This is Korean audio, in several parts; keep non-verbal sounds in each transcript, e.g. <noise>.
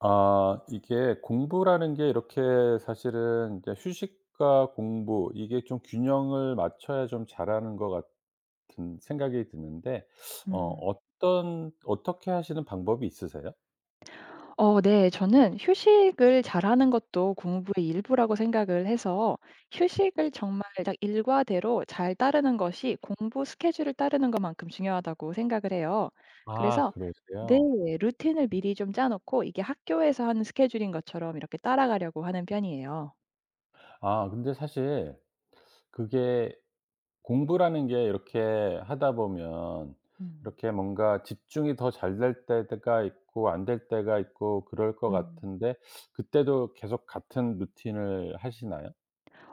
아 이게 공부라는 게 이렇게 사실은 이제 휴식과 공부 이게 좀 균형을 맞춰야 좀 잘하는 것 같은 생각이 드는데 어 음. 어떤 어떻게 하시는 방법이 있으세요? 네. 저는 휴식을 잘하는 것도 공부의 일부라고 생각을 해서 휴식을 정말 딱 일과대로 잘 따르는 것이 공부 스케줄을 따르는 것만큼 중요하다고 생각을 해요. 아 그래서 네. 그러세요? 루틴을 미리 좀 짜 놓고 이게 학교에서 하는 스케줄인 것처럼 이렇게 따라가려고 하는 편이에요. 아 근데 사실 그게 공부라는 게 이렇게 하다 보면 음. 이렇게 뭔가 집중이 더 잘 될 때가 있고 안 될 때가 있고 그럴 것 음. 같은데 그때도 계속 같은 루틴을 하시나요?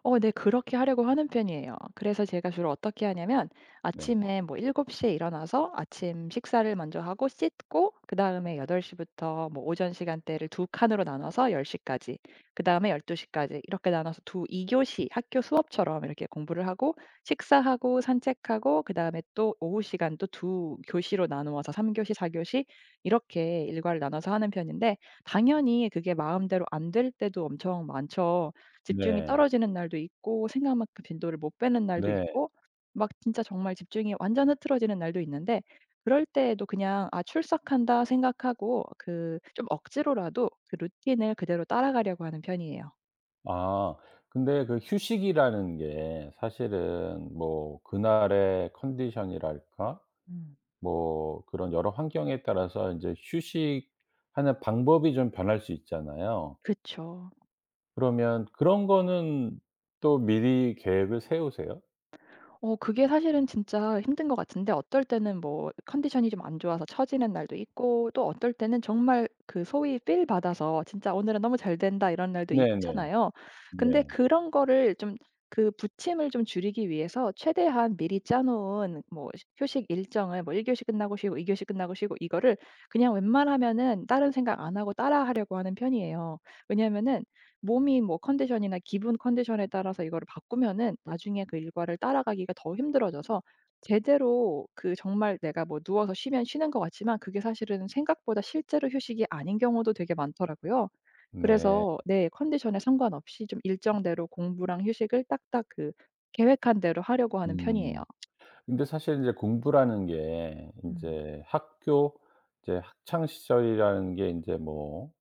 네. 그렇게 하려고 하는 편이에요. 그래서 제가 주로 어떻게 하냐면 네. 아침에 뭐7곱시에 일어나서 아침 식사를 먼저 하고 씻고 그다음에 8덟시 부터 뭐 오전 시간대를 두 칸으로 나눠서 1 0 까지, 그다음에 1 2시 까지 이렇게 나눠서 두 2 교시 학교 수업처럼 이렇게 공부를 하고 식사하고 산책하고, 그다음에 또 오후 시간 또 두 교시로 나누어서 3 교시 4 교시, 이렇게 일과를 나눠서 하는 편인데 당연히 그게 마음대로 안 될 때도 엄청 많죠. 집중이 네. 떨어지는 날도 있고 생각만큼 빈도를 못 빼는 날도 네. 있고 막 진짜 정말 집중이 완전 흐트러지는 날도 있는데, 그럴 때에도 그냥 '아 출석한다.' 생각하고 그 좀 억지로라도 그 루틴을 그대로 따라가려고 하는 편이에요. 아 근데 그 휴식이라는 게 사실은 뭐 그날의 컨디션이랄까 음. 뭐 그런 여러 환경에 따라서 인제 휴식하는 방법이 좀 변할 수 있잖아요. 그쵸. 그러면 그런 거는 또 미리 계획을 세우세요? 그게 사실은 진짜 힘든 것 같은데, 어떨 때는 뭐 컨디션이 좀 안 좋아서 처지는 날도 있고 또 어떨 때는 정말 그 소위 필 받아서 진짜 '오늘은 너무 잘 된다.' 이런 날도 네네. 있잖아요. 근데 네. 그런 거를 좀, 그 부침을 좀 줄이기 위해서 최대한 미리 짜 놓은 뭐 시 휴식 일정을, 뭐 1 교시 끝나고 쉬고 2 교시 끝나고 쉬고 이거를 그냥 웬만하면은 다른 생각 안 하고 따라 하려고 하는 편이에요. 왜냐면은 몸이 뭐 컨디션이나 기분 컨디션에 따라서 이거를 바꾸면은 나중에 그 일과를 따라가기가 더 힘들어져서 제대로, 그 정말 내가 뭐 누워서 쉬면 쉬는 것 같지만 그게 사실은 생각보다 실제로 휴식이 아닌 경우도 되게 많더라고요. 네. 그래서 내 컨디션에 상관없이 좀 일정대로 공부랑 휴식을 딱딱 그 계획한 대로 하려고 하는 편이에요. 음. 근데 사실 인제 공부라는 게 음. 인제 학교 이제 학창 시절이라는 게 인제 뭐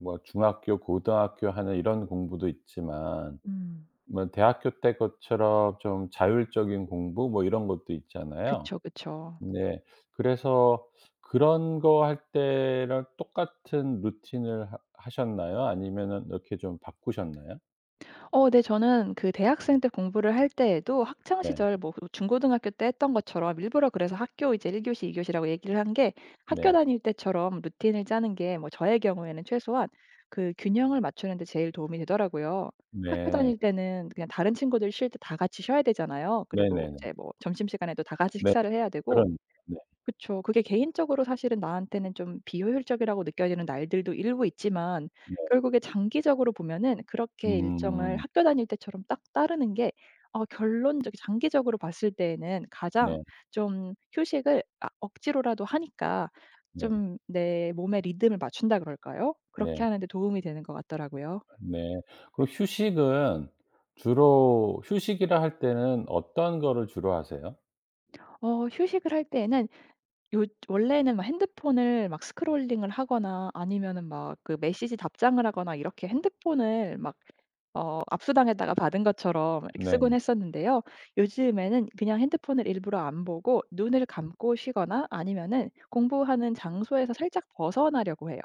뭐 중학교, 고등학교 하는 이런 공부도 있지만 음. 뭐 대학교 때 것처럼 좀 자율적인 공부 뭐 이런 것도 있잖아요. 그쵸, 그쵸. 네. 그래서 그런 거 할 때랑 똑같은 루틴을 하 하셨나요? 아니면은 이렇게 좀 바꾸셨나요? 네. 저는 그 대학생 때 공부를 할 때에도 학창 네. 시절 뭐 그 중고등학교 때 했던 것처럼 일부러, 그래서 학교 이제 1 교시 2 교시라고 얘기를 한 게, 학교 네. 다닐 때처럼 루틴을 짜는 게 뭐 저의 경우에는 최소한 그 균형을 맞추는 데 제일 도움이 되더라고요. 학교 네. 다닐 때는 그냥 다른 친구들 쉴 때 다 같이 쉬어야 되잖아요. 그리고 네네네. 이제 뭐 점심시간에도 다 같이 네. 식사를 해야 그 되고. 런 네. 그쵸. 그게 개인적으로 사실은 나한테는 좀 비효율적이라고 느껴지는 날들도 일부 있지만, 네. 결국에 장기적으로 보면은 그렇게 일정을 음. 학교 다닐 때처럼 딱 따르는 게, 결론적 장기적으로 봤을 때에는 가장 네. 좀 휴식을 아 억지로라도 하니까 네. 좀 내 몸의 리듬을 맞춘다 그럴까요? 그렇게 네. 하는 데 도움이 되는 것 같더라고요. 네. 그럼 휴식은 주로 휴식이라 할 때는 어떤 거를 주로 하세요? 휴식을 할 때에는 요 원래는 막 핸드폰을 막 스크롤링을 하거나 아니면은 막 그 메시지 답장을 하거나 이렇게 핸드폰을 막 압수당했다가 받은 것처럼 이렇게 쓰곤 네. 했었는데요. 요즘에는 그냥 핸드폰을 일부러 안 보고 눈을 감고 쉬거나 아니면은 공부하는 장소에서 살짝 벗어나려고 해요.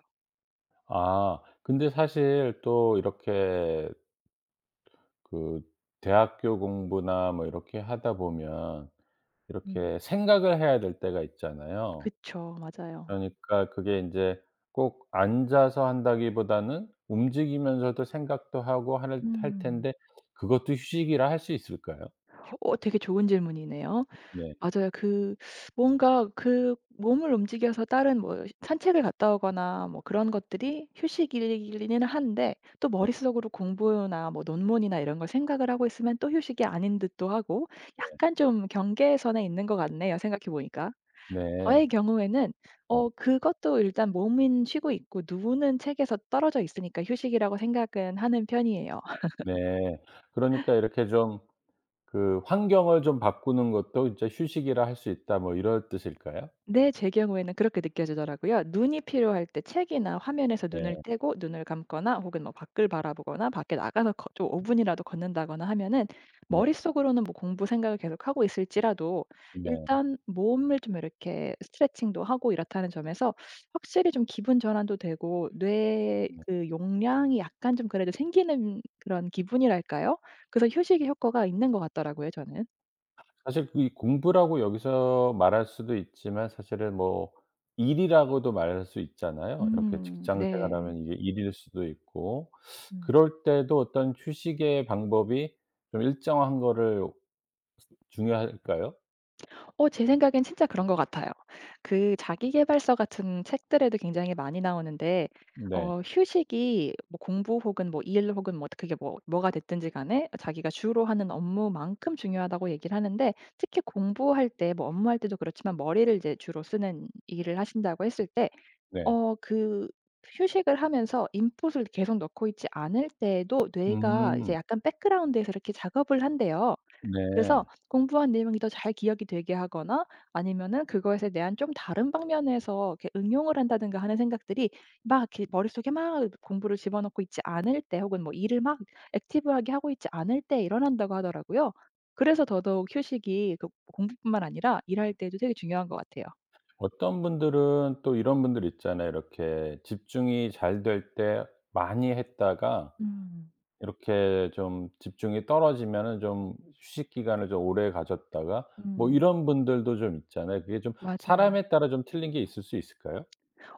아 근데 사실 또 이렇게 그 대학교 공부나 뭐 이렇게 하다 보면 음. 이렇게 생각을 해야 될 때가 있잖아요. 그쵸. 맞아요. 그러니까 그게 인제 꼭 앉아서 한다기보다는 움직이면서도 생각도 하고 하는 할 음. 텐데 그것도 휴식이라 할 수 있을까요? 되게 좋은 질문이네요. 네. 맞아요. 그 뭔가 그 몸을 움직여서 다른 뭐 산책을 갔다 오거나 뭐 그런 것들이 휴식이기는 한데, 또 네 머릿속으로 공부나 뭐 논문이나 이런 걸 생각을 하고 있으면 또 휴식이 아닌 듯도 하고, 네. 약간 좀 경계선에 있는 것 같네요, 생각해 보니까. 네. 저의 경우에는 네. 그것도 일단 몸은 쉬고 있고 누우는 책에서 떨어져 있으니까 휴식이라고 생각은 하는 편이에요. 네. 그러니까 이렇게 좀 그 "환경을 좀 바꾸는 것도 진짜 휴식이라 할 수 있다." 뭐 이런 뜻일까요? 네. 제 경우에는 그렇게 느껴지더라고요. 눈이 필요할 때 책이나 화면에서 네. 눈을 떼고 눈을 감거나 혹은 뭐 밖을 바라보거나 밖에 나가서 거 좀 5 분이라도 걷는다거나 하면은, 네. 머릿속으로는 뭐 공부 생각을 계속하고 있을지라도 네. 일단 몸을 좀 이렇게 스트레칭도 하고 이렇다는 점에서 확실히 좀 기분 전환도 되고 뇌의 네. 그 용량이 약간 좀 그래도 생기는 그런 기분이랄까요? 그래서 휴식의 효과가 있는 것 같더라고요 저는. 사실 그 이 공부라고 여기서 말할 수도 있지만 사실은 뭐 일이라고도 말할 수 있잖아요. 이렇게 직장 네. 생활하면 이게 일일 수도 있고 음. 그럴 때도 어떤 휴식의 방법이 좀 일정한 거를 중요할까요? 제 생각엔 진짜 그런 것 같아요. 그 자기 계발서 같은 책들에도 굉장히 많이 나오는데, 네. 휴식이 뭐 공부 혹은 뭐 일 혹은 뭐 그게 뭐 뭐가 됐든지 간에 자기가 주로 하는 업무만큼 중요하다고 얘기를 하는데, 특히 공부할 때 뭐 업무할 때도 그렇지만 머리를 이제 주로 쓰는 일을 하신다고 했을 때, 네. 그 휴식을 하면서 인풋을 계속 넣고 있지 않을 때에도 뇌가 이제 음. 약간 백그라운드에서 이렇게 작업을 한대요. 그래서 네. 공부한 내용이 더 잘 기억이 되게 하거나, 아니면은 그것에 대한 좀 다른 방면에서 이렇게 응용을 한다든가 하는 생각들이 막 이렇게 머릿속에 막 공부를 집어넣고 있지 않을 때 혹은 뭐 일을 막 액티브하게 하고 있지 않을 때 일어난다고 하더라고요. 그래서 더더욱 휴식이 그 공부뿐만 아니라 일할 때도 되게 중요한 것 같아요. 어떤 분들은 또 이런 분들 있잖아요. 이렇게 집중이 잘 될 때 많이 했다가 음. 이렇게 좀 집중이 떨어지면은 좀 휴식 기간을 좀 오래 가졌다가 뭐 음. 이런 분들도 좀 있잖아요. 그게 좀 맞아요. 사람에 따라 좀 틀린 게 있을 수 있을까요?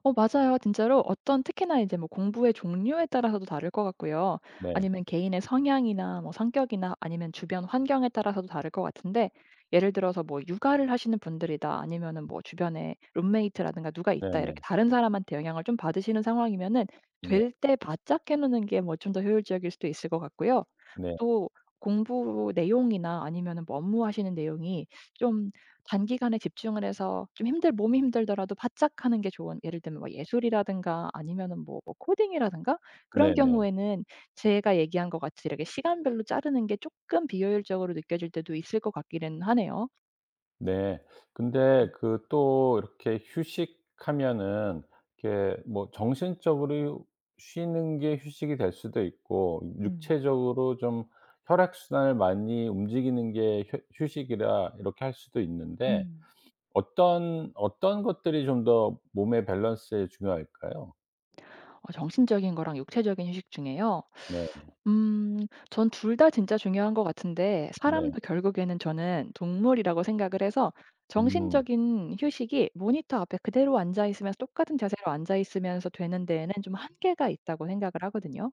맞아요. 진짜로 어떤 특히나 이제 뭐 공부의 종류에 따라서도 다를 것 같고요. 네. 아니면 개인의 성향이나 뭐 성격이나 아니면 주변 환경에 따라서도 다를 것 같은데, 예를 들어서 뭐 육아를 하시는 분들이다 아니면은 뭐 주변에 룸메이트라든가 누가 있다 이렇게 네네. 다른 사람한테 영향을 좀 받으시는 상황이면은 네. 될 때 바짝 해 놓는 게 뭐 좀 더 효율적일 수도 있을 것 같고요. 네. 또 공부 내용이나 아니면은 뭐 업무하시는 내용이 좀 단기간에 집중을 해서 좀 힘들 몸이 힘들더라도 바짝 하는 게 좋은, 예를 들면 뭐 예술이라든가 아니면은 뭐 뭐 코딩이라든가, 그런 네네. 경우에는 제가 얘기한 것 같이 이렇게 시간별로 자르는 게 조금 비효율적으로 느껴질 때도 있을 것 같기는 하네요. 네. 근데 음. 그 또 이렇게 휴식하면은 이렇게 뭐 정신적으로 쉬는 게 휴식이 될 수도 있고 음. 육체적으로 좀 혈액 순환을 많이 움직이는 게 휴 휴식이라 이렇게 할 수도 있는데 음. 어떤 어떤 것들이 좀 더 몸의 밸런스에 중요할까요? 정신적인 거랑 육체적인 휴식 중에요. 네. 음. 전 둘 다 진짜 중요한 것 같은데, 네. 사람도 결국에는 저는 동물이라고 생각을 해서 음. 정신적인 휴식이 모니터 앞에 그대로 앉아 있으면서 똑같은 자세로 앉아 있으면서 되는 데에는 좀 한계가 있다고 생각을 하거든요.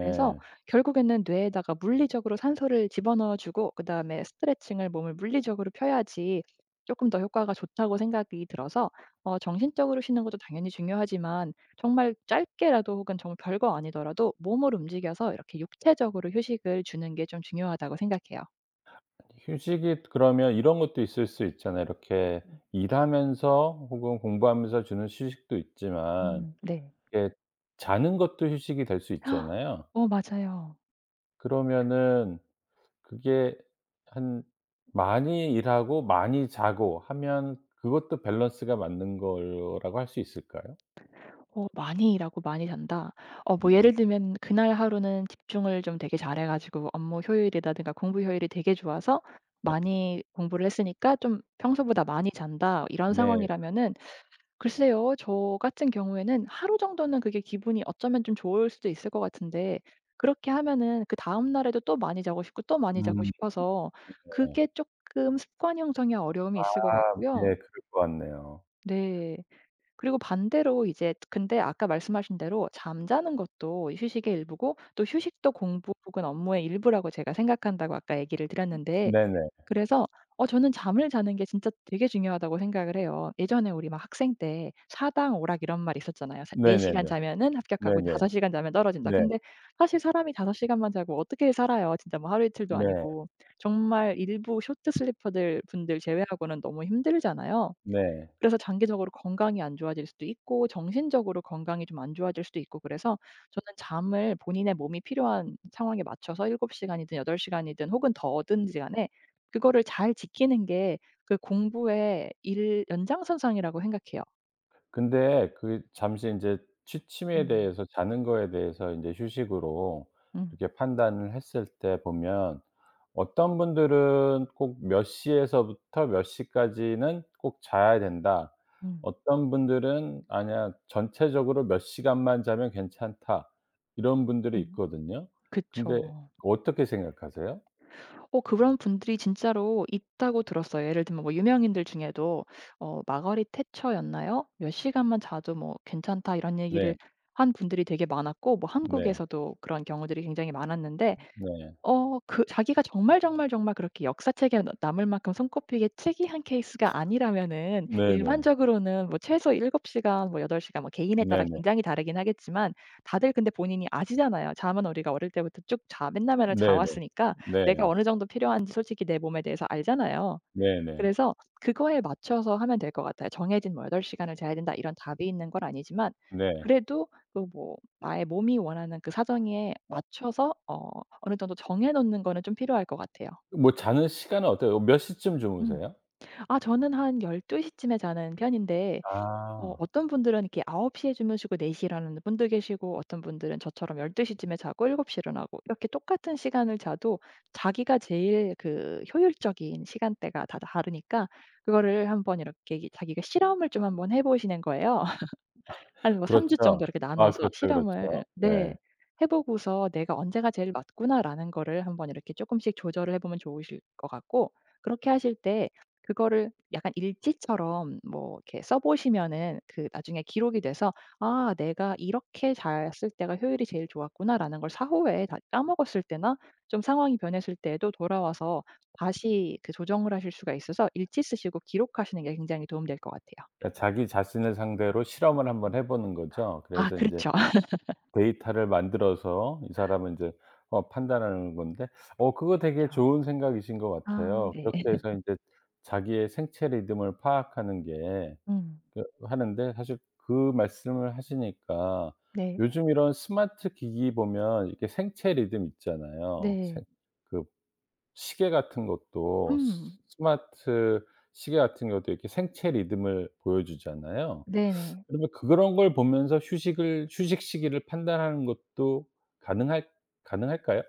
그래서 결국에는 뇌에다가 물리적으로 산소를 집어넣어 주고 그다음에 스트레칭을 몸을 물리적으로 펴야지 조금 더 효과가 좋다고 생각이 들어서, 정신적으로 쉬는 것도 당연히 중요하지만 정말 짧게라도 혹은 정말 별거 아니더라도 몸을 움직여서 이렇게 육체적으로 휴식을 주는 게 좀 중요하다고 생각해요. 휴식이 그러면 이런 것도 있을 수 있잖아요. 이렇게 음 일하면서 혹은 공부하면서 주는 휴식도 있지만 네. 이게 자는 것도 휴식이 될 수 있잖아요. 맞아요. 그러면은 그게 한 많이 일하고 많이 자고 하면 그것도 밸런스가 맞는 거라고 할 수 있을까요? 많이 일하고 많이 잔다. 뭐 네. 예를 들면 그날 하루는 집중을 좀 되게 잘해 가지고 업무 효율이라든가 공부 효율이 되게 좋아서 네. 많이 공부를 했으니까 좀 평소보다 많이 잔다. 이런 네. 상황이라면은, 글쎄요. 저 같은 경우에는 하루 정도는 그게 기분이 어쩌면 좀 좋을 수도 있을 것 같은데, 그렇게 하면은 그다음 날에도 또 많이 자고 싶고 또 많이 자고 음 싶어서 네. 그게 조금 습관 형성에 어려움이 있을 것 아 예. 같고요. 그럴 것 같네요. 네. 그리고 반대로 이제 근데 아까 말씀하신 대로 잠자는 것도 휴식의 일부고 또 휴식도 공부 혹은 업무의 일부라고 제가 생각한다고 아까 얘기를 드렸는데, 네네. 그래서 저는 잠을 자는 게 진짜 되게 중요하다고 생각을 해요. 예전에 우리 막 학생 때 사당오락 이런 말이 있었잖아요. 사 4 시간 네네네. 자면은 합격하고 네네. 5 시간 자면 떨어진다. 네. 근데 사실 사람이 5 시간만 자고 어떻게 살아요. 진짜 뭐 하루 이틀도 네. 아니고. 정말 일부 쇼트 슬리퍼들 분들 제외하고는 너무 힘들잖아요. 네. 그래서 장기적으로 건강이 안 좋아질 수도 있고 정신적으로 건강이 좀 안 좋아질 수도 있고, 그래서 저는 잠을 본인의 몸이 필요한 상황에 맞춰서 7 시간이든 8 시간이든 혹은 더든지 간에 그거를 잘 지키는 게 그 공부의 일 연장선상이라고 생각해요. 근데 그 잠시 인제 취침에 음. 대해서 자는 거에 대해서 인제 휴식으로 음. 이렇게 판단을 했을 때 보면 어떤 분들은 꼭 몇 시에서부터 몇 시까지는 꼭 자야 된다. 음. 어떤 분들은 "아니야. 전체적으로 몇 시간만 자면 괜찮다." 이런 분들이 음. 있거든요. 근데 그쵸. 어떻게 생각하세요? 그런 분들이 진짜로 있다고 들었어요. 예를 들면 뭐 유명인들 중에도 "마거릿 태처였나요? 몇 시간만 자도 뭐 괜찮다." 이런 네. 얘기를 한 분들이 되게 많았고, 뭐 네. 한국에서도 그런 경우들이 굉장히 많았는데, 네. 그 자기가 정말, 정말, 정말 그렇게 역사책에 너 남을 만큼 손꼽히게 특이한 케이스가 아니라면은, 네네. 일반적으로는 뭐 최소 7 시간 뭐 8 시간 뭐 개인에 따라 네네. 굉장히 다르긴 하겠지만, 다들 근데 본인이 아시잖아요. 잠은 우리가 어릴 때부터 쭉 자 맨날, 맨날 자 네네. 왔으니까 내가 네네. 어느 정도 필요한지 솔직히 내 몸에 대해서 알잖아요. 네. 네네. 네네. 그래서 그거에 맞춰서 하면 될 것 같아요. 정해진 뭐 8 시간을 자야 된다 이런 답이 있는 건 아니지만, 네. 그래도 그 뭐 나의 몸이 원하는 그 사정에 맞춰서 어느 정도 정해 놓는 거는 좀 필요할 것 같아요. 뭐 자는 시간은 어때요? 몇 시쯤 음. 주무세요? 아 저는 한 12 시쯤에 자는 편인데, 아. 어떤 분들은 이렇게 9홉시에 주무시고 4시 일하는 분도 계시고 어떤 분들은 저처럼 1 2시 쯤에 자고 7곱시 일어나고, 이렇게 똑같은 시간을 자도 자기가 제일 그 효율적인 시간대가 다 다르니까, 그거를 한번 이렇게 자기가 실험을 좀 한번 해 보시는 거예요. 한 뭐 3 주 그렇죠. 정도 이렇게 아 나눠서 그렇죠, 그렇죠. 실험을, 네. 네. 해 보고서 '내가 언제가 제일 맞구나.'라는 거를 한번 이렇게 쪼끔씩 조절을 해 보면 좋으실 것 같고, 그렇게 하실 때 그거를 약간 일지처럼 뭐 이렇게 써 보시면은 그 나중에 기록이 돼서 '아 내가 이렇게 잘 쓸 때가 효율이 제일 좋았구나.'라는 걸 사후에 다 까먹었을 때나 좀 상황이 변했을 때에도 돌아와서 다시 그 조정을 하실 수가 있어서, 일지 쓰시고 기록하시는 게 굉장히 도움될 것 같아요. 그러니까 자기 자신을 상대로 실험을 한번 음. 해 보는 거죠. 아 그래서 인제 그렇죠. <laughs> 데이터를 만들어서 이 사람은 인제 판단하는 건데 그거 되게 그렇죠. 좋은 생각이신 것 아 같아요. 네. 그렇게 해서 인제 자기의 생체 리듬을 파악하는 게 음. 그 하는데 사실 그 말씀을 하시니까 네. 요즘 이런 스마트 기기 보면 이렇게 생체 리듬 있잖아요. 생 네. 그 시계 같은 것도 스 음. 스마트 시계 같은 것도 이렇게 생체 리듬을 보여주잖아요. 네네. 그러면 그런 걸 보면서 휴식을 휴식 시기를 판단하는 것도 가능할 가능할까요?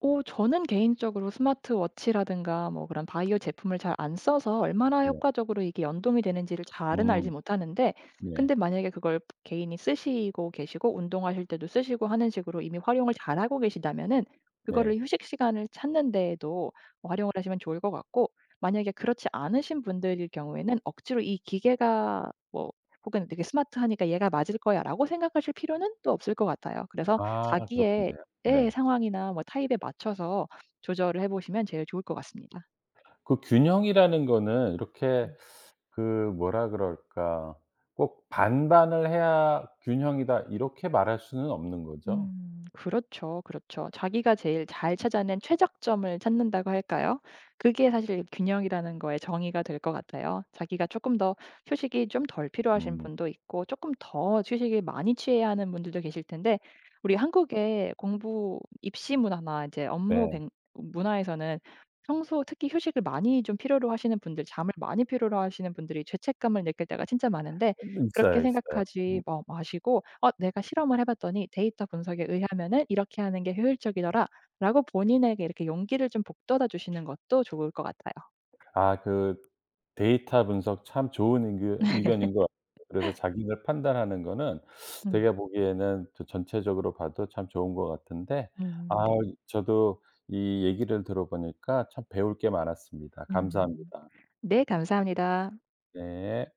저는 개인적으로 스마트워치라든가 뭐 그런 바이오 제품을 잘 안 써서 얼마나 네. 효과적으로 이게 연동이 되는지를 잘은 알지 음. 못하는데, 네. 근데 만약에 그걸 개인이 쓰시고 계시고 운동하실 때도 쓰시고 하는 식으로 이미 활용을 잘하고 계시다면은 그거를 네. 휴식 시간을 찾는 데에도 활용을 하시면 좋을 것 같고, 만약에 그렇지 않으신 분들일 경우에는 억지로 '이 기계가 뭐 혹은 되게 스마트하니까 얘가 맞을 거야.'라고 생각하실 필요는 또 없을 것 같아요. 그래서 아 자기의 그렇겠네요. 의 네. 상황이나 뭐 타입에 맞춰서 조절을 해 보시면 제일 좋을 것 같습니다. 그 균형이라는 거는 이렇게 음. 그 뭐라 그럴까 꼭 '반반을 해야 균형이다.' 이렇게 말할 수는 없는 거죠? 그렇죠, 그렇죠. 자기가 제일 잘 찾아낸 최적점을 찾는다고 할까요? 그게 사실 균형이라는 거의 정의가 될 것 같아요. 자기가 조금 더 휴식이 좀 덜 필요하신 음. 분도 있고 조금 더 휴식을 많이 취해야 하는 분들도 계실 텐데, 우리 한국의 공부 입시 문화나 이제 업무 네. 뱅 문화에서는 평소 특히 휴식을 많이 좀 필요로 하시는 분들 잠을 많이 필요로 하시는 분들이 죄책감을 느낄 때가 진짜 많은데, 그렇게 있어요, 있어요. 생각하지 마 마시고 내가 실험을 해 봤더니 데이터 분석에 의하면은 이렇게 하는 게 효율적이더라.'라고 본인에게 이렇게 용기를 좀 북돋아 주시는 것도 좋을 것 같아요. 아 그 데이터 분석 참 좋은 의견인 것 같아요. 그래서 자기들 판단하는 거는 음. 제가 보기에는 저 전체적으로 봐도 참 좋은 것 같은데 아 네. 저도 이 얘기를 들어보니까 참 배울 게 많았습니다. 음. 감사합니다. 네 감사합니다. 네.